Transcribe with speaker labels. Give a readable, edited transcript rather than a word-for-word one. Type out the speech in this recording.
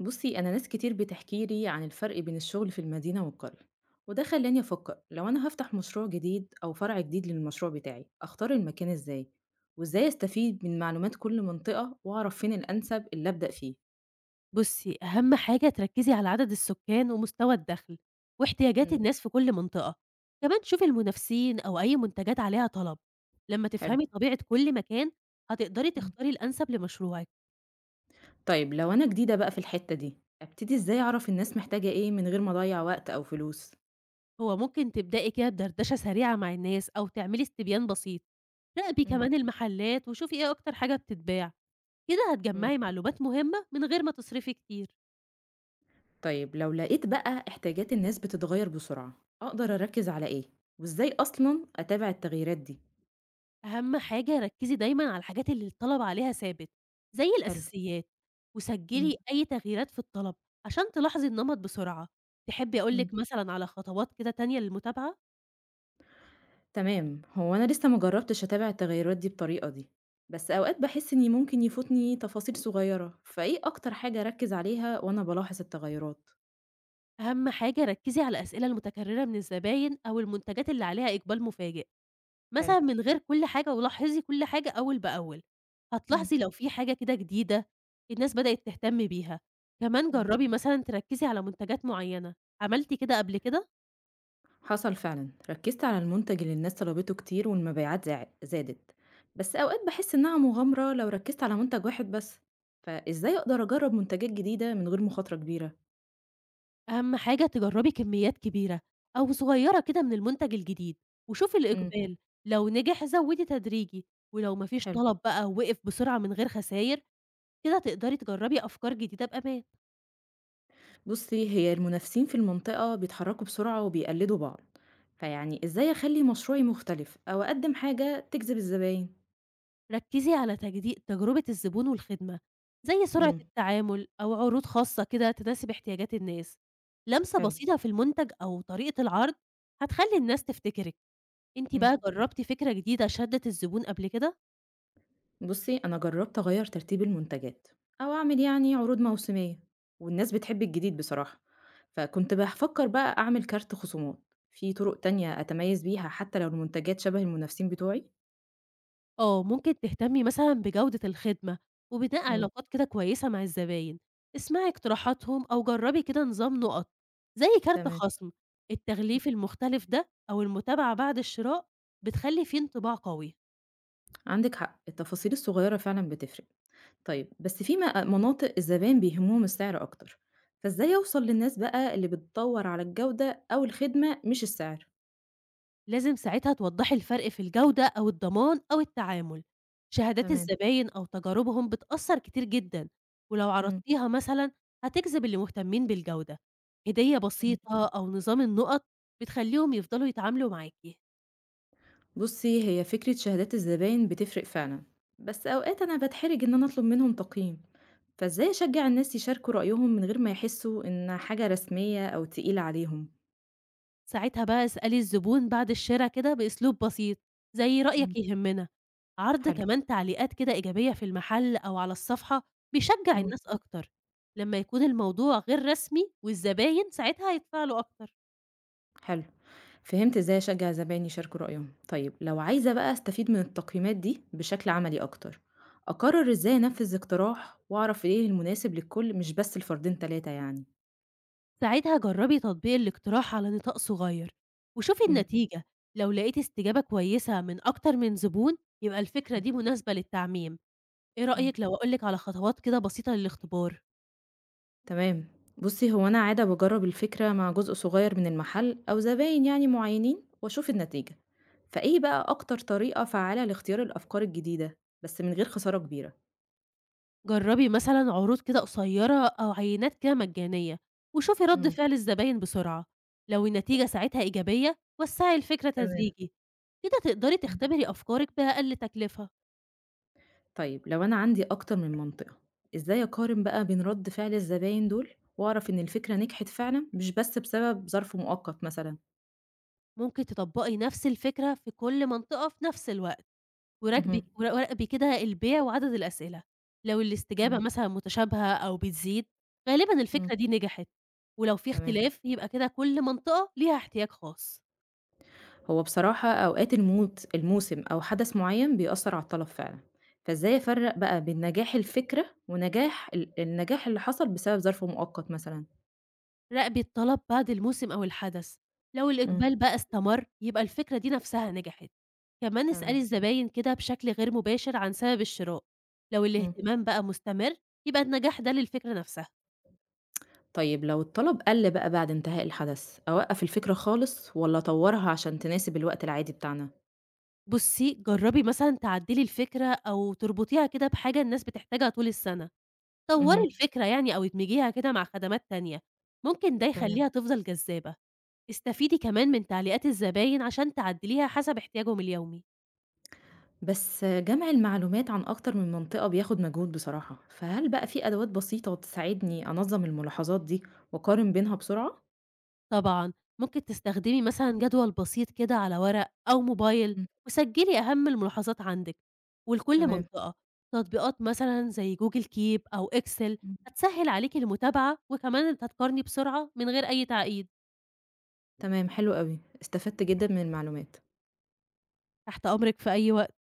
Speaker 1: بُصّي، أنا ناس كتير بتحكي لي عن الفرق بين الشغل في المدينة والقرية، وده خلّاني أفكّر لو أنا هافتح مشروع جديد أو فرع جديد للمشروع بتاعي، أختار المكان إزاي؟ وإزاي أستفيد من معلومات كل منطقة وأعرف فين الأنسب اللي أبدأ فيه؟
Speaker 2: بُصّي، أهم حاجة تركّزي على عدد السكان ومستوى الدخل، واحتياجات
Speaker 1: إمم،
Speaker 2: الناس في كل منطقة، كمان شوفي المنافسين أو أي منتجات عليها طلب. لمّا
Speaker 1: حلو.
Speaker 2: تفهمي طبيعة كل مكان هتقدري
Speaker 1: إمم.
Speaker 2: تختاري الأنسب لمشروعِك.
Speaker 1: طيب لو أنا جديدة بقى في الحتة دي، أبتدي إزاي أعرف الناس محتاجة إيه من غير ما أضيّع وقت أو فلوس؟
Speaker 2: هو ممكن تبدئي كده بدردشة سريعة مع الناس أو تعملي استبيان بسيط، راقبي
Speaker 1: إمم،
Speaker 2: كمان المحلات وشوفي إيه أكتر حاجة بتتباع، كده
Speaker 1: إمم.
Speaker 2: هتجمّعي معلومات مهمة من غير ما تصرفي كتير.
Speaker 1: طيب لو لقيت بقى احتياجات الناس بتتغيّر بسرعة، أقدر أركّز على إيه؟ وإزاي أصلًا أتابع التغييرات دي؟
Speaker 2: أهم حاجة ركّزي دايمًا على الحاجات اللي الطلب عليها ثابت، زي
Speaker 1: حلو.
Speaker 2: الأساسيات،
Speaker 1: إمم،
Speaker 2: وسجّلي أي تغييرات في الطلب عشان تلاحظي النمط بسرعة. تحبّي أقول
Speaker 1: إمم،
Speaker 2: لِك مثلًا على خطوات كده تانية للمتابعة؟
Speaker 1: تمام. هو أنا لسه ما جرّبتش أتابع التغيّرات دي بالطريقة دي، بس أوقات باحس إني ممكن يفوتني تفاصيل صغيّرة، فإيه أكتر حاجة أركّز عليها وأنا بالاحظ التغيّرات؟
Speaker 2: أهم حاجة ركّزي على الأسئلة المتكررة من الزباين أو المنتجات اللي عليها إقبال مفاجئ،
Speaker 1: حلو،
Speaker 2: مثلًا من غير كل حاجة ولاحظي كل حاجة أول بأول،
Speaker 1: إمم،
Speaker 2: هتلاحظي لو في حاجة كده جديدة الناس بدأت تهتم بيها. كمان
Speaker 1: إمم،
Speaker 2: جرّبي مثلًا تركّزي على منتجات معيّنة، عملتِ كده قبل كده؟
Speaker 1: حصل فعلًا، ركّزت على المنتج اللي الناس طلبته كتير والمبيعات زادت، بس أوقات باحس إنها مغامرة لو ركّزت على منتج واحد بس، فإزاي أقدر أجرّب منتجات جديدة من غير مخاطرة كبيرة؟
Speaker 2: أهم حاجة تجرّبي كميات كبيرة أو صغيّرة كده من المنتج الجديد، وشوفي
Speaker 1: إمم،
Speaker 2: الإقبال، لو نجح زوّدي تدريجي، ولو ما فيش
Speaker 1: حلو.
Speaker 2: طلب بقى ووقف بسرعة من غير خساير، كده تقدري تجرّبي أفكار جديدة بأمان.
Speaker 1: بصي هي المنافسين في المنطقة بيتحركوا بسرعة وبيقلدوا بعض فيعني ازاي اخلي مشروعي مختلف او اقدم حاجة تجذب الزباين
Speaker 2: ركّزي على تجربة الزبون والخدمة، زي سرعة
Speaker 1: امم
Speaker 2: التعامل أو عروض خاصة كده تناسب احتياجات الناس. لمسة
Speaker 1: حلو
Speaker 2: بسيطة في المنتج أو طريقة العرض هتخلّي الناس تفتكرِك. أنتِ بقى
Speaker 1: امم
Speaker 2: جرّبتِ فكرة جديدة شدِّت الزبون قبل كده؟
Speaker 1: بصي انا جربت اغير ترتيب المنتجات او اعمل يعني عروض موسمية والناس بتحب الجديد بصراحة فكنت بفكر بقى اعمل كارت خصومات في طرق تانية اتميز بيها حتى لو المنتجات شبه المنافسين بتوعي
Speaker 2: آه، ممكن تهتمي مثلًا بجودة الخدمة، وبناء
Speaker 1: امم
Speaker 2: علاقات كده كويسة مع الزباين، اسمعي اقتراحاتهم أو جربي كده نظام نُقط، زي كارت
Speaker 1: تمام
Speaker 2: خصم، التغليف المختلف ده أو المتابعة بعد الشراء بتخلّي فيه انطباع قوي،
Speaker 1: عندك حق التفاصيل الصغيرة فعلا بتفرق. طيب، بس في مناطق الزبائن بيهمهم السعر أكتر، فإزاي أوصل للناس بقى اللي بتدوّر على الجودة أو الخدمة مش السعر؟
Speaker 2: لازم ساعتها توضحي الفرق في الجودة أو الضمان أو التعامل، شهادات
Speaker 1: تمام،
Speaker 2: الزباين أو تجاربهم بتأثّر كتير جدًا، ولو
Speaker 1: إمم،
Speaker 2: عرضتيها مثلًا هتجذب اللي مهتمين بالجودة، هدية
Speaker 1: إمم.
Speaker 2: بسيطة أو نظام النُقط بتخلّيهم يفضلوا يتعاملوا معاكِ.
Speaker 1: بُصّي، هي فكرة شهادات الزباين بتفرق فعلًا، بس أوقات أنا باتحرج إن أنا أطلب منهم تقييم، فإزاي أشجّع الناس يشاركوا رأيهم من غير ما يحسّوا إن حاجة رسمية أو تقيلة عليهم؟
Speaker 2: ساعتها بقى اسألي الزبون بعد الشِرا كده بأسلوب بسيط، زي
Speaker 1: إمم،
Speaker 2: رأيك يهمنا، عرض
Speaker 1: حلو.
Speaker 2: كمان تعليقات كده إيجابية في المحل أو على الصفحة بيشجّع
Speaker 1: إمم.
Speaker 2: الناس أكتر، لمّا يكون الموضوع غير رسمي والزباين ساعتها هيتفاعلوا أكتر،
Speaker 1: حلو. فهمت إزاي أشجّع زباين يشاركوا رأيهم. طيب لو عايزة بقى أستفيد من التقييمات دي بشكل عملي أكتر، أقرر إزاي أنفّذ اقتراح وأعرف إيه المناسب للكل مش بس لفردين 3 يعني؟
Speaker 2: ساعتها جرّبي تطبيق الاقتراح على نطاق صغير وشوفي
Speaker 1: إمم،
Speaker 2: النتيجة، لو لقيتِ استجابة كويسة من أكتر من زبون يبقى الفكرة
Speaker 1: حلو،
Speaker 2: دي مناسبة للتعميم، إيه
Speaker 1: إمم،
Speaker 2: رأيك لو أقول لِك على خطوات كده بسيطة للاختبار؟
Speaker 1: تمام. بُصّي، هو أنا عادة باجرّب الفكرة مع جزء صغير من المحل أو زباين يعني معيّنين وأشوف النتيجة. فإيه بقى أكتر طريقة فعّالة لاختيار الأفكار الجديدة، بس من غير خسارة كبيرة؟
Speaker 2: جرّبي مثلًا عروض كده قصيّرة أو عينات كده مجانية، وشوفي رَد
Speaker 1: إمم،
Speaker 2: فعل الزباين بسرعة، لو النتيجة ساعتها إيجابية وسّعي الفكرة
Speaker 1: تمام،
Speaker 2: تدريجي، كده تقدري
Speaker 1: إمم.
Speaker 2: تختبري أفكارِك بأقل تكلفة.
Speaker 1: طيب لو أنا عندي أكتر من منطقة، إزاي أقارن بقى بين رد فعل الزباين دول وأعرف إن الفكرة نجحت فعلًا مش بس بسبب ظرف مؤقت مثلًا؟
Speaker 2: ممكن تطبّقي نفس الفكرة في كل منطقة في نفس الوقت، وراكبي
Speaker 1: اهم،
Speaker 2: ورا وراقبي كده البيع وعدد الأسئلة، لو الاستجابة
Speaker 1: إمم،
Speaker 2: مثلًا متشابهة أو بتزيد غالبًا
Speaker 1: إمم،
Speaker 2: الفكرة دي نجحت، ولو في
Speaker 1: تمام.
Speaker 2: اختلاف يبقى كده كل منطقة ليها احتياج خاص.
Speaker 1: هو بصراحة أوقات الموسم أو حدث معيّن بيأثّر على الطلب فعلًا، فإزاي أفرّق بقى بين نجاح الفكرة ونجاح النجاح اللي حصل بسبب ظرف مؤقت مثلًا؟
Speaker 2: راقبي الطلب بعد الموسم أو الحدث، لو
Speaker 1: إمم،
Speaker 2: الإقبال بقى استمر يبقى الفكرة دي نفسها نجحت، كمان اسألي
Speaker 1: تمام،
Speaker 2: الزباين كده بشكل غير مباشر عن سبب الشراء، لو
Speaker 1: إمم.
Speaker 2: الاهتمام بقى مستمر يبقى النجاح ده للفكرة نفسها.
Speaker 1: طيب لو الطلب قَل بقى بعد انتهاء الحدث، أوقّف الفكرة خالص والّا أطوّرها عشان تناسب الوقت العادي بتاعنا؟
Speaker 2: بُصّي، جرّبي مثلًا تعدّلي الفكرة أو تربطيها كده بحاجة الناس بتحتاجها طول السنة، طوّري
Speaker 1: اهم.
Speaker 2: الفكرة يعني أو ادمجيها كده مع خدمات تانية، ممكن ده
Speaker 1: تمام.
Speaker 2: يخلّيها تفضل جذابة. استفيدي كمان من تعليقات الزباين عشان تعدّليها حسب احتياجهم اليومي.
Speaker 1: بس جمع المعلومات عن أكتر من منطقة بياخد مجهود بصراحة، فهل بقى في أدوات بسيطة تساعدني أنظم الملاحظات دي وأقارن بينها بسرعة؟
Speaker 2: طبعًا، ممكن تستخدمي مثلًا جدول بسيط كده على ورق أو موبايل
Speaker 1: مم.
Speaker 2: وسجّلي أهم الملاحظات عندِك، ولكل
Speaker 1: تمام.
Speaker 2: منطقة تطبيقات مثلًا زي جوجل كيب أو إكسل
Speaker 1: مم.
Speaker 2: هتسهّل عليكِ المتابعة وكمان أنتِ هتقارني بسرعة من غير أي تعقيد،
Speaker 1: تمام، حلو أوي، استفدت جدًا من المعلومات.
Speaker 2: تحت أمرِك في أي وقت.